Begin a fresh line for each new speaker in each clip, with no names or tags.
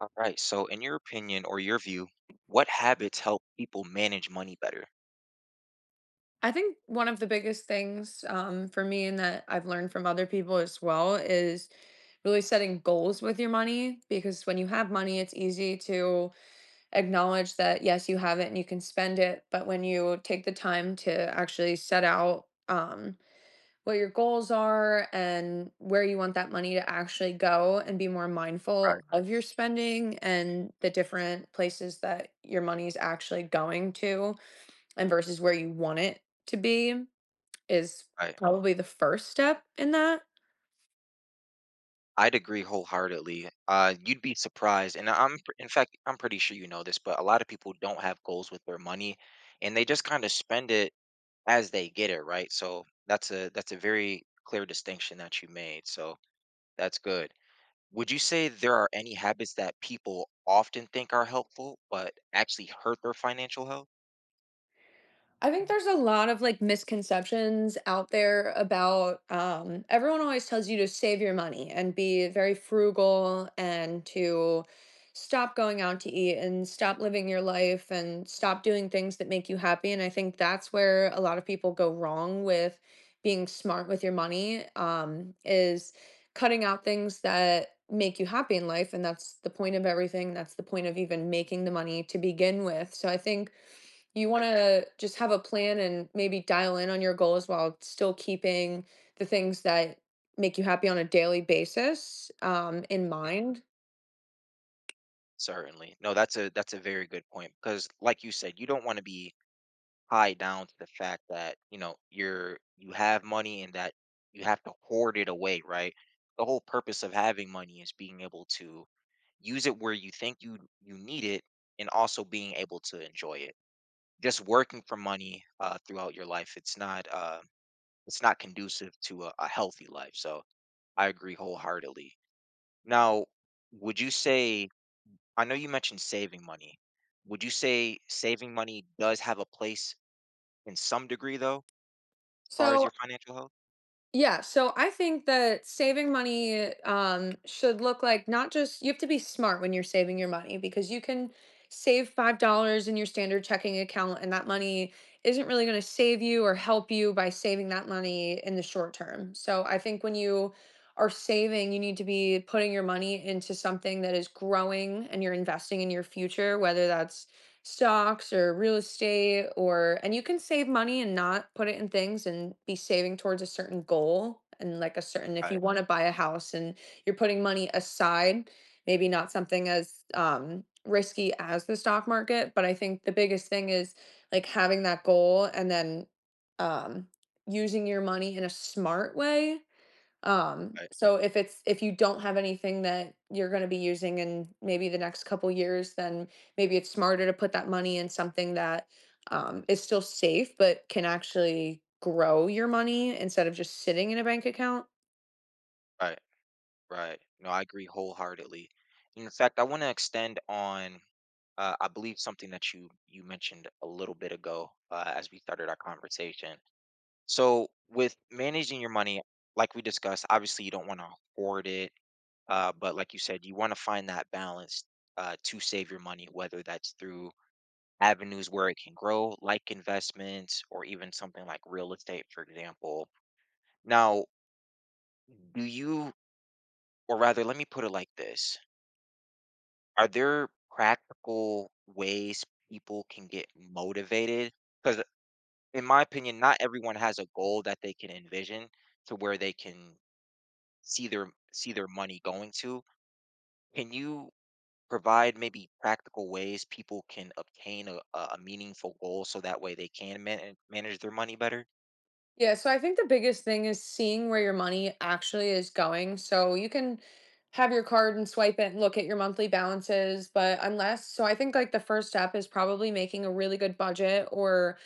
All right. So, in your opinion or your view, what habits help people manage money better?
I think one of the biggest things, for me and that I've learned from other people as well is really setting goals with your money, because when you have money, it's easy to acknowledge that, yes, you have it and you can spend it. But when you take the time to actually set out what your goals are and where you want that money to actually go and be more
Right.
mindful of your spending and the different places that your money is actually going to and versus where you want it to be is
Right.
probably the first step in that.
I'd agree wholeheartedly. You'd be surprised, and in fact, I'm pretty sure you know this, but a lot of people don't have goals with their money, and they just kind of spend it as they get it, right? So that's a very clear distinction that you made. So that's good. Would you say there are any habits that people often think are helpful but actually hurt their financial health?
I think there's a lot of like misconceptions out there about, everyone always tells you to save your money and be very frugal and to stop going out to eat and stop living your life and stop doing things that make you happy. And I think that's where a lot of people go wrong with being smart with your money, is cutting out things that make you happy in life. And that's the point of everything. That's the point of even making the money to begin with. So I think you want
Right.
to just have a plan and maybe dial in on your goals while still keeping the things that make you happy on a daily basis, in mind.
Certainly. No, that's a very good point, because, like you said, you don't want to be high down to the fact that, you know, you have money, and that you have to hoard it away, right? The whole purpose of having money is being able to use it where you think you need it, and also being able to enjoy it. Just working for money throughout your life, it's not conducive to a healthy life. So I agree wholeheartedly. Now, would you say, I know you mentioned saving money. Would you say saving money does have a place, in some degree, though, as far as
So
your financial health?
yeah, so I think that saving money, should look like not just you have to be smart when you're saving your money, because you can save $5 in your standard checking account and that money isn't really going to save you or help you by saving that money in the short term. So I think when you are saving, you need to be putting your money into something that is growing and you're investing in your future, whether that's stocks or real estate. Or and you can save money and not put it in things and be saving towards a certain goal, and like a certain, if you
Right,
want to buy a house and you're putting money aside, maybe not something as risky as the stock market. But I think the biggest thing is like having that goal and then um using your money in a smart way.
right,
So if it's, if you don't have anything that you're going to be using in maybe the next couple years, then maybe it's smarter to put that money in something that, is still safe but can actually grow your money instead of just sitting in a bank account.
right, right. No, I agree wholeheartedly. And in fact, I want to extend on, I believe something that you mentioned a little bit ago as we started our conversation. So, with managing your money, like we discussed, obviously you don't want to hoard it, but, like you said, you want to find that balance to save your money, whether that's through avenues where it can grow, like investments or even something like real estate, for example. Now, do you, or rather, let me put it like this. Are there practical ways people can get motivated? Because, in my opinion, not everyone has a goal that they can envision to where they can see their money going to. Can you provide maybe practical ways people can obtain a meaningful goal so that way they can manage their money better?
Yeah, so I think the biggest thing is seeing where your money actually is going. So you can have your card and swipe it and look at your monthly balances, but unless, so I think like the first step is probably making a really good budget, or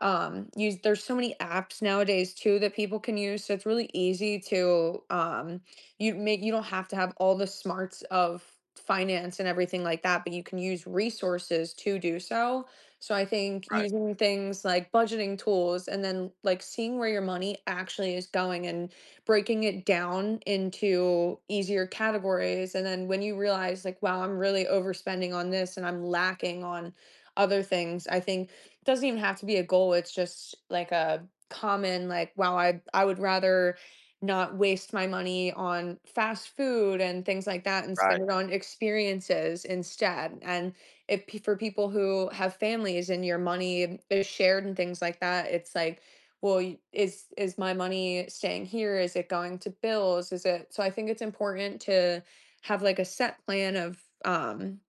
use, there's so many apps nowadays too that people can use, so it's really easy to you make, you don't have to have all the smarts of finance and everything like that, but you can use resources to do so. So I think
Right.
using things like budgeting tools and then like seeing where your money actually is going, and breaking it down into easier categories, and then when you realize like wow, I'm really overspending on this and I'm lacking on other things, I think it doesn't even have to be a goal. It's just like a common like, wow, I would rather not waste my money on fast food and things like that and spend
Right.
it on experiences instead. And if pe- for people who have families and your money is shared and things like that, it's like, well, is my money staying here, is it going to bills, is it? So I think it's important to have like a set plan of,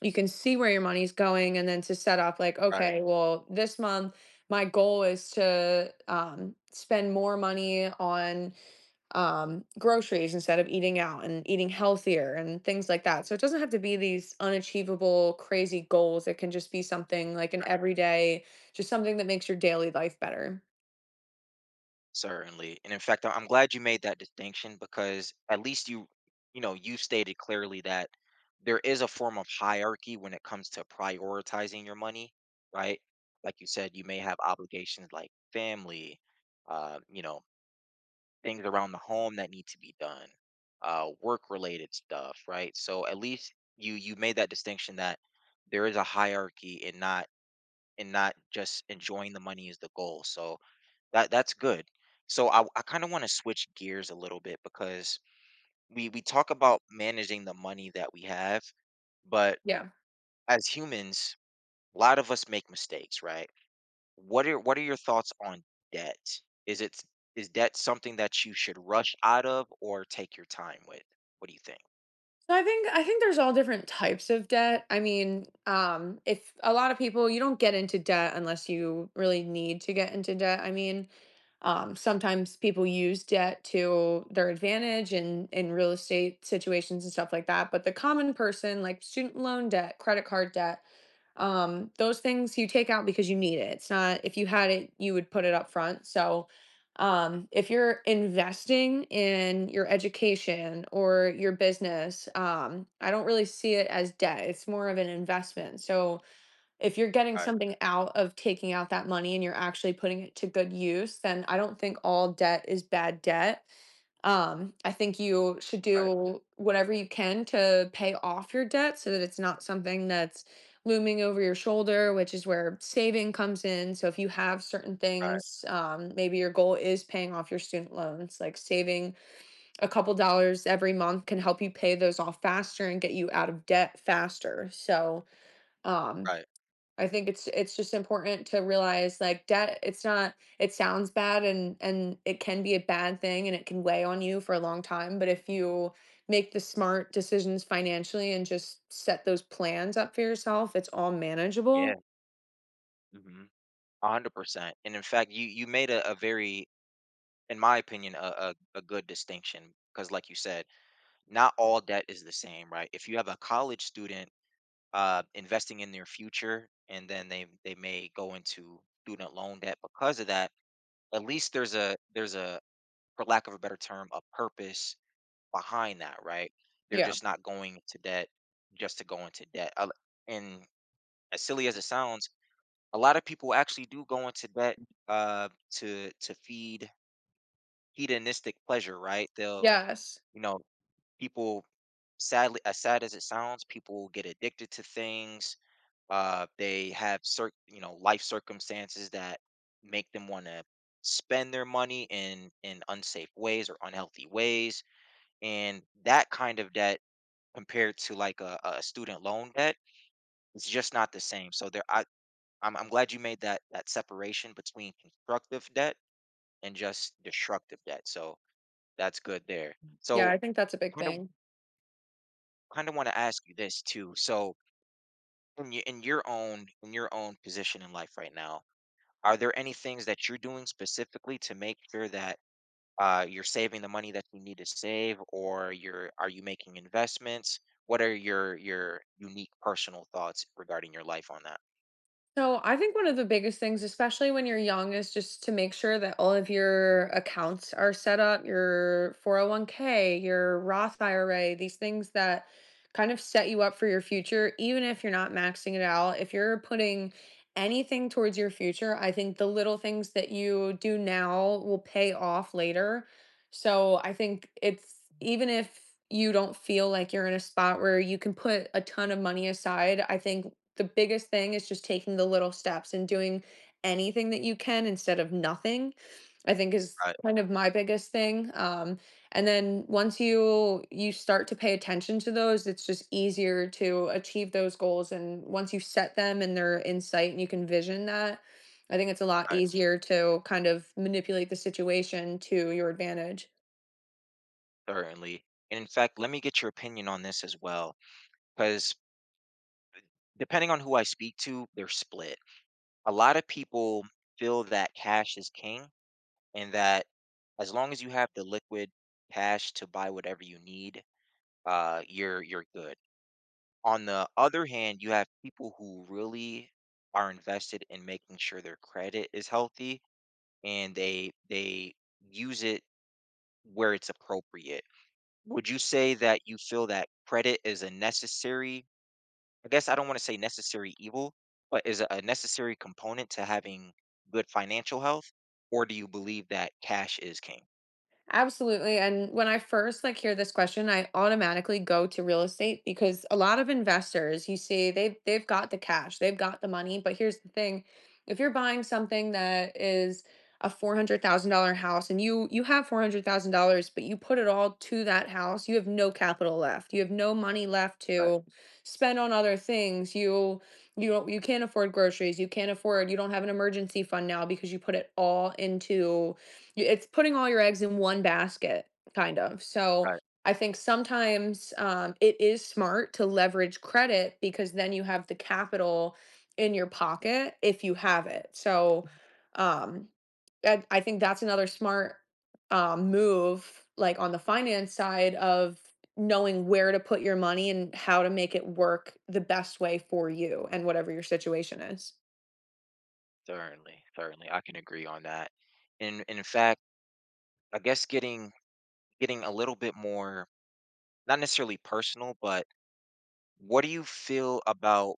you can see where your money's going, and then to set up like,
Right,
okay, well, this month my goal is to, spend more money on, groceries instead of eating out, and eating healthier and things like that. So it doesn't have to be these unachievable crazy goals, it can just be something like an
right,
everyday, just something that makes your daily life better.
certainly, and in fact, I'm glad you made that distinction, because at least you stated clearly that there is a form of hierarchy when it comes to prioritizing your money, right? Like you said, you may have obligations like family, uh, you know, things around the home that need to be done, work-related stuff, right? So at least you made that distinction, that there is a hierarchy, and not just enjoying the money is the goal, so that's good. So I kind of want to switch gears a little bit, because we talk about managing the money that we have, but,
Yeah.
as humans, a lot of us make mistakes, right? What are your thoughts on debt? Is it is debt something that you should rush out of or take your time with? What do you think?
So I think there's all different types of debt. I mean, if a lot of people, you don't get into debt unless you really need to get into debt. I mean, sometimes people use debt to their advantage in real estate situations and stuff like that. But the common person, like student loan debt, credit card debt, those things you take out because you need it, it's not, if you had it you would put it up front. So if you're investing in your education or your business, I don't really see it as debt, it's more of an investment. So if you're getting
Right,
something out of taking out that money and you're actually putting it to good use, then I don't think all debt is bad debt. I think you should
right,
do whatever you can to pay off your debt so that it's not something that's looming over your shoulder, which is where saving comes in. So if you have certain
right,
things, maybe your goal is paying off your student loans, like saving a couple dollars every month can help you pay those off faster and get you out of debt faster. So, um,
right.
I think it's just important to realize, like, debt, it's not, it sounds bad, and it can be a bad thing and it can weigh on you for a long time, but if you make the smart decisions financially and just set those plans up for yourself, it's all
Yeah.
manageable.
Mm-hmm. 100%. And in fact, you made a very, in my opinion, a good distinction, because, like you said, not all debt is the same, right? If you have a college student investing in their future, and then they may go into student loan debt because of that, at least there's a, for lack of a better term, a purpose behind that, right? They're
Yeah.
just not going into debt just to go into debt. And, as silly as it sounds, a lot of people actually do go into debt to feed hedonistic pleasure, right? They'll,
Yes.
you know, people, sadly, as sad as it sounds, people get addicted to things. Uh, they have certain, you know, life circumstances that make them want to spend their money in unsafe ways or unhealthy ways, and that kind of debt compared to like a student loan debt is just not the same. So there, I'm glad you made that separation between constructive debt and just destructive debt, so that's good there.
Yeah,
So
I think that's a big
kind of
thing.
kind of want to ask you this too. So, in your own position in life right now, are there any things that you're doing specifically to make sure that, you're saving the money that you need to save? Or you're are you making investments? What are your unique personal thoughts regarding your life on that
So I think one of the biggest things, especially when you're young, is just to make sure that all of your accounts are set up, your 401k, your Roth IRA, these things that kind of set you up for your future, even if you're not maxing it out. If you're putting anything towards your future, I think the little things that you do now will pay off later. So I think it's, even if you don't feel like you're in a spot where you can put a ton of money aside, I think the biggest thing is just taking the little steps and doing anything that you can instead of nothing, I think, is
i
kind of my biggest thing. And then once you start to pay attention to those, it's just easier to achieve those goals, and once you set them and they're in sight and you can vision that, I think it's a lot
i
easier to kind of manipulate the situation to your advantage.
certainly. And in fact, let me get your opinion on this as well. Because, depending on who I speak to, they're split. A lot of people feel that cash is king, and that, as long as you have the liquid cash to buy whatever you need, you're good. On the other hand, you have people who really are invested in making sure their credit is healthy, and they use it where it's appropriate. Would you say that you feel that credit is a necessary, I guess I don't want to say necessary evil, but is a necessary component to having good financial health? Or do you believe that cash is king?
Absolutely. And when I first like hear this question, I automatically go to real estate, because a lot of investors, you see, they've got the cash, they've got the money. But here's the thing. If you're buying something that is a $400,000 house and you have $400,000, but you put it all to that house, you have no capital left. You have no money left
Right,
to spend on other things. You don't you can't afford groceries, you can't afford, you don't have an emergency fund now because you put it all into, it's putting all your eggs in one basket, kind of. So
right.
I think sometimes, it is smart to leverage credit, because then you have the capital in your pocket if you have it. So, um, I think that's another smart, move, like on the finance side of knowing where to put your money and how to make it work the best way for you and whatever your situation is.
Certainly, certainly. I can agree on that. And, in fact, I guess getting a little bit more, not necessarily personal, but what do you feel about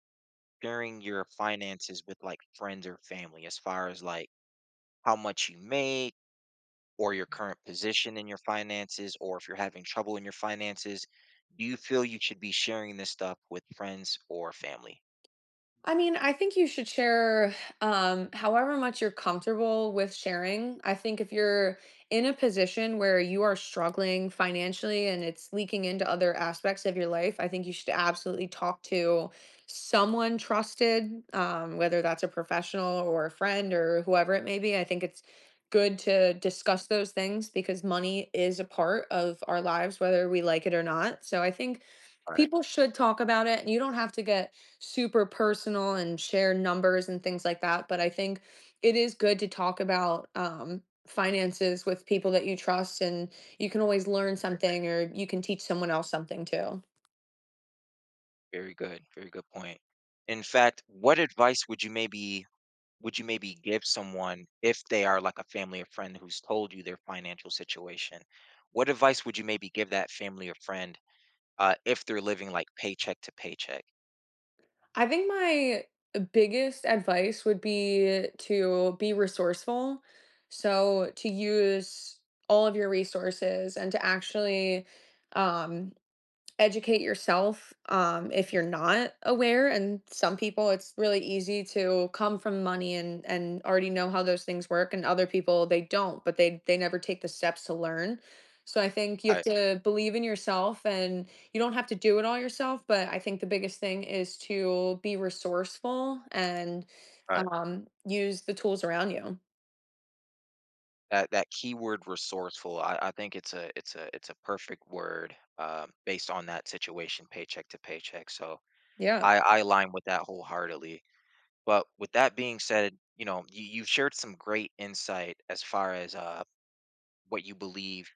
sharing your finances with, like, friends or family, as far as like how much you make, or your current position in your finances, or if you're having trouble in your finances? Do you feel you should be sharing this stuff with friends or family?
I mean, I think you should share, however much you're comfortable with sharing. I think if you're in a position where you are struggling financially and it's leaking into other aspects of your life, I think you should absolutely talk to someone trusted, whether that's a professional or a friend or whoever it may be. I think it's good to discuss those things, because money is a part of our lives, whether we like it or not. So I think
All right.
people should talk about it, and you don't have to get super personal and share numbers and things like that. But I think it is good to talk about, finances with people that you trust, and you can always learn something, or you can teach someone else something too.
Very good. Very good point. In fact, what advice would you maybe, would you maybe give someone, if they are, like, a family or friend who's told you their financial situation, what advice would you maybe give that family or friend, if they're living, like, paycheck to paycheck?
I think my biggest advice would be to be resourceful. So, to use all of your resources and to actually um educate yourself, if you're not aware. And some people, it's really easy to come from money and already know how those things work, and other people they don't, but they never take the steps to learn. So I think you have
I,
to believe in yourself, and you don't have to do it all yourself. But I think the biggest thing is to be resourceful and,
I,
use the tools around you.
that keyword resourceful, I think it's a perfect word, based on that situation, paycheck to paycheck. So
Yeah,
I align with that wholeheartedly. But, with that being said, you know, you, you've shared some great insight, as far as what you believe,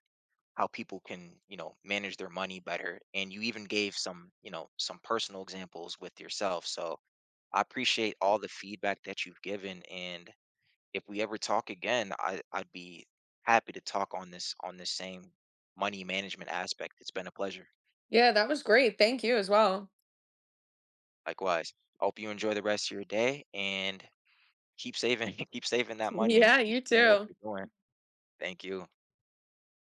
how people can, you know, manage their money better, and you even gave some personal examples with yourself. So I appreciate all the feedback that you've given, and if we ever talk again, I'd be happy to talk on this same money management aspect. It's been a pleasure.
yeah, that was great. Thank you as well.
Likewise, I hope you enjoy the rest of your day, and keep saving keep saving that money and
Yeah,
keep
you
doing what
too.
you're doing. Thank you.